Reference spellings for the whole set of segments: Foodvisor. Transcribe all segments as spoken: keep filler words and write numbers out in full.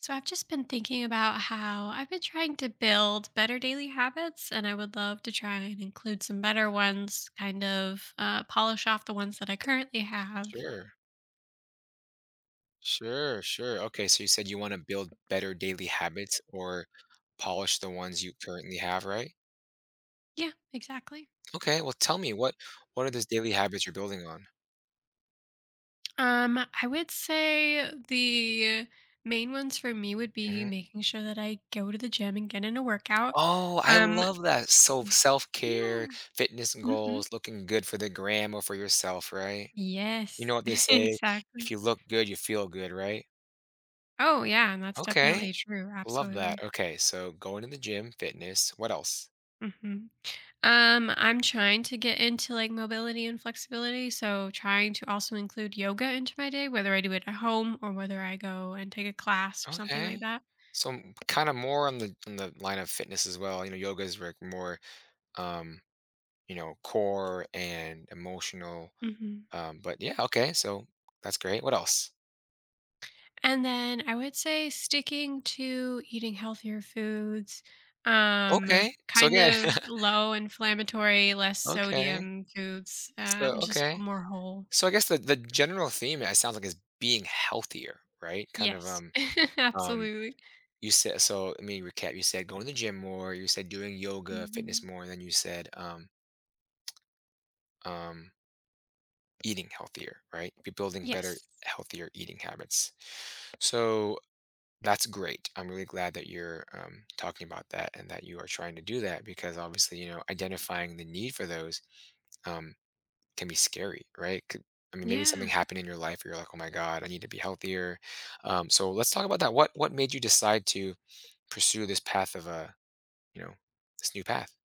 So I've just been thinking about how I've been trying to build better daily habits, and I would love to try and include some better ones, kind of uh, polish off the ones that I currently have. Sure, sure, sure. Okay, so you said you want to build better daily habits or polish the ones you currently have, right? Yeah, exactly. Okay, well, tell me what what are those daily habits you're building on? Um, I would say the main ones for me would be hmm making sure that I go to the gym and get in a workout. Oh, I Um, love that. So yeah, self yeah. care, fitness Hmm. goals, looking good for the gram or for yourself, right? You know Yes, what they say: if exactly. you look good, you feel good, right? Oh yeah, and that's Okay, definitely true. love that. Absolutely. Okay, so going to the gym, fitness. What else? Hmm. Um, I'm trying to get into like mobility and flexibility, so trying to also include yoga into my day, whether I do it at home or whether I go and take a class or something like Okay. that. So kind of more on the on the line of fitness as well. You know, yoga is like more um, you know, core and emotional. Hmm. Um, but yeah, okay. So that's great. What else? And then I would say sticking to eating healthier foods, um, Okay. So kind again, of low inflammatory, less okay. sodium foods, So um, just wh- okay. more whole. So I guess the the general theme it sounds like is being healthier, right? Kind of Yes, um um absolutely. you said, so I mean, recap, you said going to the gym more, you said doing yoga, fitness Hmm. more, and then you said um um eating healthier, right? Be building better, Yes. healthier eating habits. So that's great. I'm really glad that you're um, talking about that and that you are trying to do that because obviously, you know, identifying the need for those um, can be scary, right? Could, I mean, maybe something Yeah. happened in your life where you're like, oh my God, I need to be healthier. Um, so let's talk about that. What what made you decide to pursue this path of a, you know, this new path?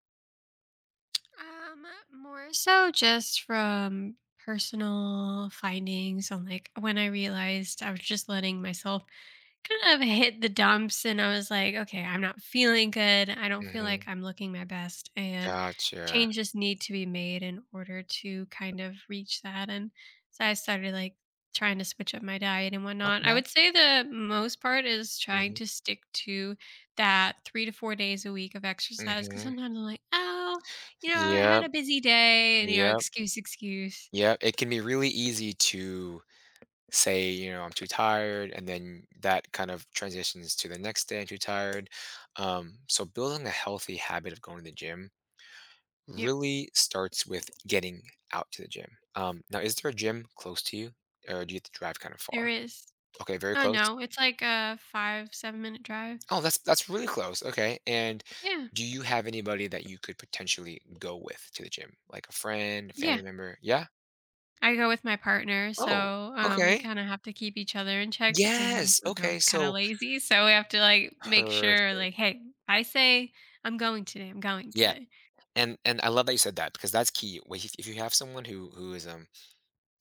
Um, more so just from personal findings on like when I realized I was just letting myself kind of hit the dumps and I was like, "Okay, I'm not feeling good. I don't feel like hmm I'm looking my best and Gotcha. changes need to be made in order to kind of reach that." And so I started like trying to switch up my diet and whatnot. I Okay. would say the most part is trying hmm to stick to that three to four days a week of exercise because hmm sometimes I'm like, oh, you know, I had Yep. a busy day and, you know, Yep. excuse, excuse. Yeah, it can be really easy to say, you know, I'm too tired, and then that kind of transitions to the next day, I'm too tired. Um, so building a healthy habit of going to the gym Yep, really starts with getting out to the gym. Um, now, is there a gym close to you, or do you have to drive kind of there far? is. Okay, very Oh, close. no, it's like a five, seven minute drive. Oh, that's that's really close. Okay, and Yeah. do you have anybody that you could potentially go with to the gym, like a friend, a family Yeah. member? Yeah. I go with my partner, Oh, so, um, we okay. kinda have to keep each other in check, but sometimes Yes. we're Okay. both kinda So lazy, so we have to, like, make sure, perfect. like, "Hey, I say I'm going today, I'm going Yeah, today." and and I love that you said that because that's key. Wh- If if you have someone who who is um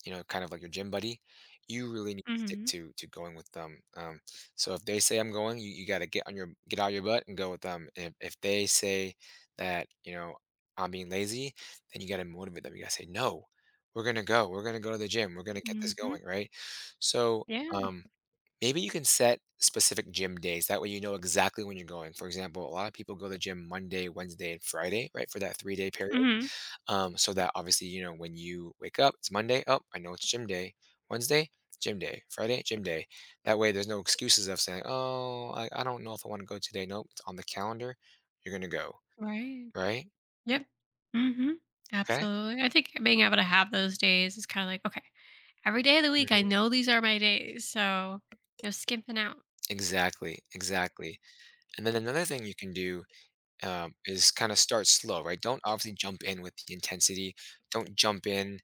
you know, kind of like your gym buddy, you really need to stick Mhm. to to going with them. Um, so if they say I'm going, you, you got to get on your get out of your butt and go with them. And if, if they say that, you know, I'm being lazy, then you got to motivate them. You got to say no, we're gonna go. We're gonna go to the gym. We're gonna get this Mhm. going, right? So Yeah. um maybe you can set specific gym days. That way you know exactly when you're going. For example, a lot of people go to the gym Monday, Wednesday, and Friday, right? For that three day period. Mhm. Um, so that obviously, you know, when you wake up, it's Monday. Oh, I know it's gym day. Wednesday, gym day. Friday, gym day. That way there's no excuses of saying, oh, I, I don't know if I want to go today. Nope, it's on the calendar. You're gonna go. Right. Right? Yep. Mhm. Okay. Absolutely. I think being able to have those days is kinda like, "Okay, every day of the week, I Mhm. know these are my days, so, you know, skimping out." Exactly. Exactly. And then another thing you can do um, is kind of start slow, right? Don't obviously jump in with the intensity. Don't jump in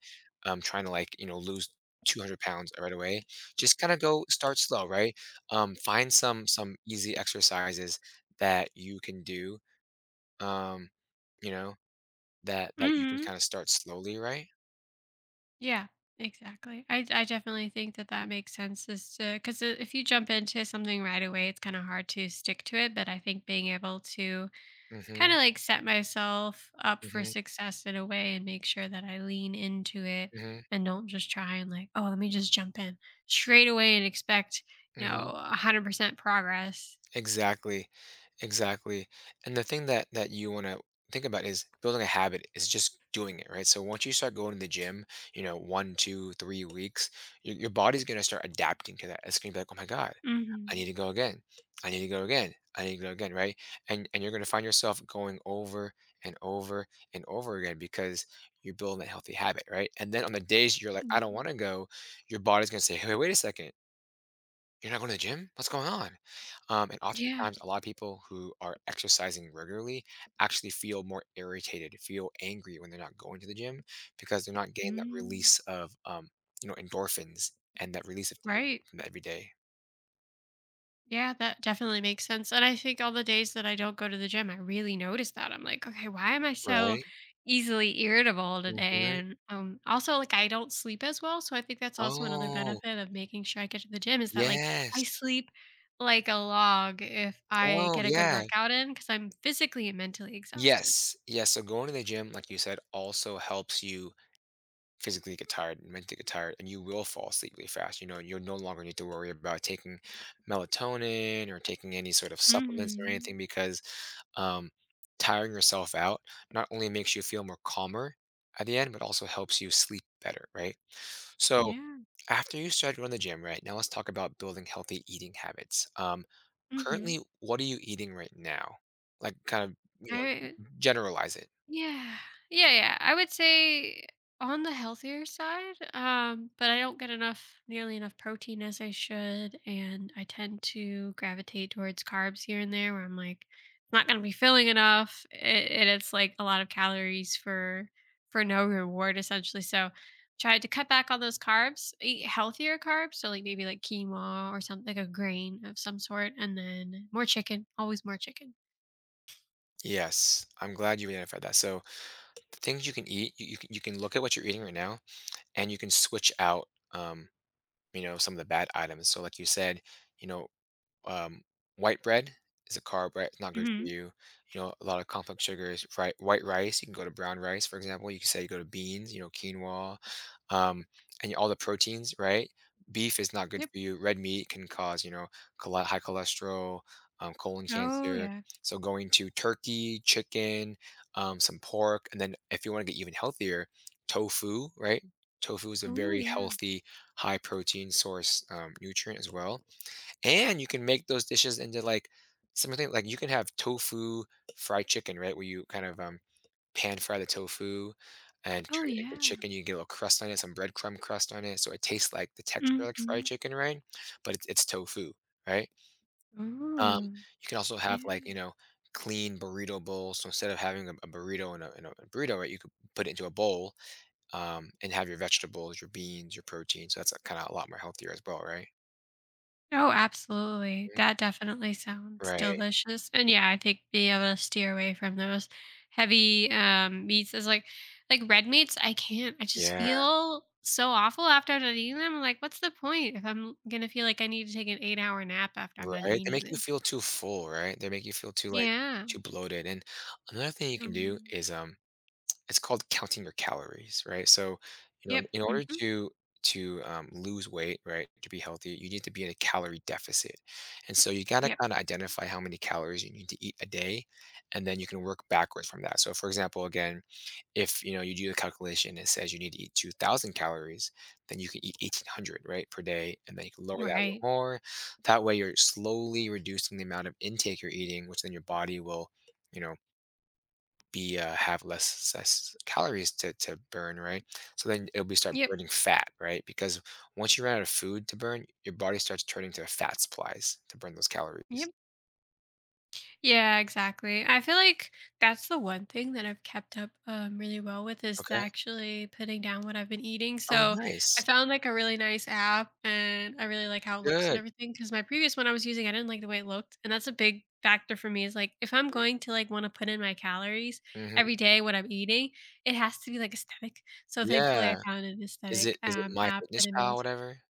um, trying to, like, you know, lose two hundred pounds right away. Just kind of go start slow, right? Um, find some some easy exercises that you can do. Um, you know that that you can Mhm. kind of start slowly, right? Yeah, exactly. I I definitely think that that makes sense is to because if you jump into something right away, it's kind of hard to stick to it. But I think being able to kind Mm-hmm. of like set myself up for Mm-hmm. success in a way and make sure that I lean into it Mm-hmm. and don't just try and like, oh, let me just jump in straight away and expect you Mm-hmm. know a hundred percent progress. Exactly. Exactly. And the thing that that you want to think about is building a habit is just doing it, right? So once you start going to the gym, you know, one, two, three weeks, your, your body's going to start adapting to that. It's going to be like, oh my God, I need Hmm. to go again. I need to go again. I need to go again, right? And and you're going to find yourself going over and over and over again because you're building that healthy habit, right? And then on the days you're like, I don't want to go, your body's going to say, hey, wait a second. You're not going to the gym? What's going on? Um, and Yeah. oftentimes, a lot of people who are exercising regularly actually feel more irritated, feel angry when they're not going to the gym because they're not getting that Mm, release of, um, you know, endorphins and that release of tension right. from the everyday. Yeah, that definitely makes sense. And I think all the days that I don't go to the gym, I really notice that. I'm like, okay, why am I so Right? easily irritable today? hmm And um, also, like, I don't sleep as well. So I think that's also another Oh, benefit of making sure I get to the gym is that, like, yes. I sleep like a log if I Oh, get a good yeah. workout in because I'm physically and mentally exhausted. Yes. Yes. So going to the gym, like you said, also helps you physically get tired and mentally get tired, and you will fall asleep really fast. You know, you'll no longer need to worry about taking melatonin or taking any sort of supplements or Hmm. anything because um, tiring yourself out not only makes you feel more calmer at the end but also helps you sleep better, right? So Yeah. after you start going to the gym, right now let's talk about building healthy eating habits. Um, currently, Hmm. what are you eating right now? Like, kind of, you know, I generalize it. Yeah. Yeah, yeah. I would say on the healthier side, um, but I don't get enough, nearly enough protein as I should. And I tend to gravitate towards carbs here and there where I'm like, I'm not going to be filling enough. It, and it's like a lot of calories for, for no reward essentially. So tried to cut back on those carbs, eat healthier carbs. So like maybe like quinoa or something, like a grain of some sort. And then more chicken, always more chicken. Yes, I'm glad you identified that. So things you can eat, you, you, can- you can look at what you're eating right now and you can switch out um you know some of the bad items. So like you said, you know um, white bread is a carb, right? It's not good for Hmm. you. You know, a lot of complex sugars, right? White rice, you can go to brown rice, for example. You can say you go to beans, you know, quinoa, um, and all the proteins, right? Beef is not good Yep. for you. Red meat can cause, you know, chole- high cholesterol, um, colon Oh cancer. yeah. So going to turkey, chicken, um, some pork, and then if you want to get even healthier, tofu, right? Tofu is a Oh very yeah. healthy, high protein source, um, nutrient as well, and you can make those dishes into like something like you can have tofu fried chicken, right? Where you kind of um, pan fry the tofu and Oh, turn it into yeah. chicken. You get a little crust on it, some breadcrumb crust on it, so it tastes like the texture like fried Mhm. chicken, right? But it's, it's tofu, right? Um, Mm. you can also have, like, Yeah. you know, clean burrito bowls. So instead of having a, a burrito and a, and a burrito, right, you could put it into a bowl um, and have your vegetables, your beans, your protein. So that's kind of a lot more healthier as well, right? Oh, absolutely. Mhm. That definitely sounds Right. delicious, and yeah, I think being able to steer away from those heavy, um, meats is like like red meats, I can't. I just Yeah. feel so awful after I'm done eating them. I'm like, "What's the point if I'm gonna feel like I need to take an eight-hour nap after I'm done Right? They eating make you this?" feel too full, right? They make you feel too, like, Yeah. too bloated, and another thing you can do Mhm. is, um it's called counting your calories, right? So, you know, Yep. in order Mhm. to to um, lose weight, right, to be healthy, you need to be in a calorie deficit, and so you got to Yep. kind of identify how many calories you need to eat a day, and then you can work backwards from that. So, for example, again, if you know, you do the calculation, it says you need to eat two thousand calories, then you can eat eighteen hundred, right, per day, and then you can lower that a little Right. more. That way, you're slowly reducing the amount of intake you're eating, which then your body will, you know, be uh, have less less calories to, to burn, right? So then it'll be start Yep. burning fat, right? Because once you run out of food to burn, your body starts turning to fat supplies to burn those calories. Yep. Yeah, exactly. I feel like that's the one thing that I've kept up um, really well with is the Okay. actually putting down what I've been eating. Oh, So I nice. found like a really nice app and I really like how it looks and Good. everything. Cause my previous one I was using, I didn't like the way it looked. And that's a big factor for me is like if I'm going to like want to put in my calories Mm-hmm. every day, what I'm eating, it has to be like aesthetic. So thankfully I Yeah. found an Is it aesthetic is it um, my app fitness that I'm able pal, whatever?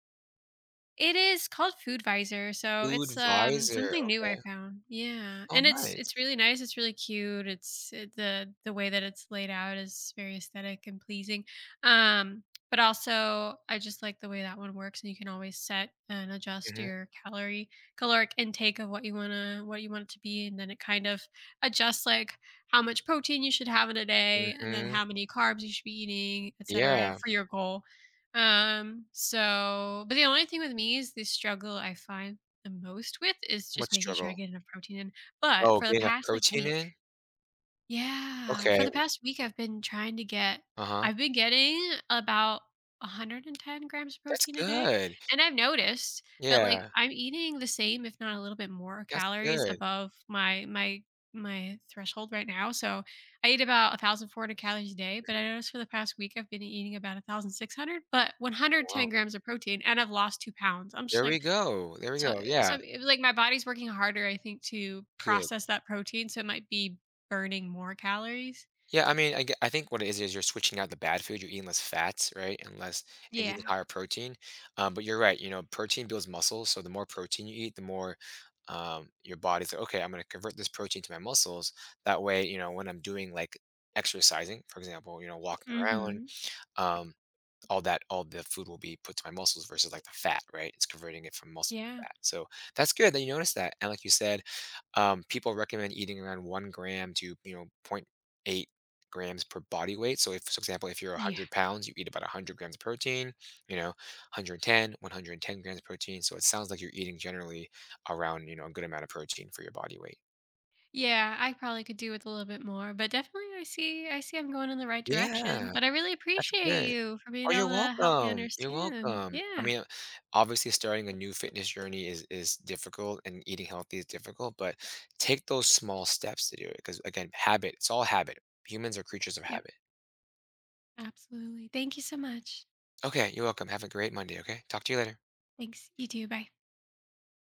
it is called Foodvisor, so Food it's, um, Visor. something new I Okay. found. Yeah, Oh, and it's nice. it's really nice, it's really cute, it's it the the way that it's laid out is very aesthetic and pleasing, um, but also, I just like the way that one works, and you can always set and adjust hmm your calorie caloric intake of what you wanna what you want it to be, and then it kind of adjusts, like, how much protein you should have in a day, and then hmm how many carbs you should be eating, etcetera, Yeah. for your goal. Um, so, but the only thing with me is the struggle I find the most with is What just making sure I struggle? get enough protein in. But Oh, for the getting enough past like protein week, in? yeah. For Okay. the past week, I've been trying to get Uh-huh. I've been getting about one hundred ten grams of That's protein a day, good. and I've noticed that, like, Yeah. I'm eating the same, if not a little bit more That's calories good. above my my my threshold right now, so I eat about one thousand four hundred calories a day, but I noticed for the past week, I've been eating about one thousand six hundred, but Oh, one hundred ten wow. grams of protein, and I've lost two pounds. I'm just There like, we go, there we so go, eh, yeah, so it like, my body's working harder, I think, to good. process that protein, so it might be burning more calories. Yeah, I mean, I g I think what it is is you're switching out the bad food, you're eating less fats, right, and less and Yeah. eating higher protein, um, but you're right, you know, protein builds muscle, so the more protein you eat, the more, um, your body's like, "Okay, I'm gonna convert this protein to my muscles." That way, you know, when I'm doing, like, exercising, for example, you know, walking around, Mhm. um all that all the food will be put to my muscles versus like the fat, right? It's converting it from muscle to Yeah. fat. So that's good that you noticed that. And like you said, um, people recommend eating around one gram to, you know, point 0.8 grams per body weight. So if, for example, if you're Yeah. one hundred pounds, you eat about one hundred grams of protein, you know, one hundred ten, one hundred ten grams of protein. So it sounds like you're eating generally around, you know, a good amount of protein for your body weight. Yeah, I probably could do with a little bit more, but definitely I see I see I'm going in the right direction, Yeah, but I really that's appreciate good. you for Oh, being you're able to help me welcome. You're understand. welcome. I Yeah. mean, obviously, starting a new fitness journey is is difficult, and eating healthy is difficult. But take those small steps to do it, because again, habit. It's all habit. Humans are creatures of Yep, habit. absolutely. Thank you so much. Okay, you're welcome. Have a great Monday. Okay, talk to you later. Thanks. You too. Bye.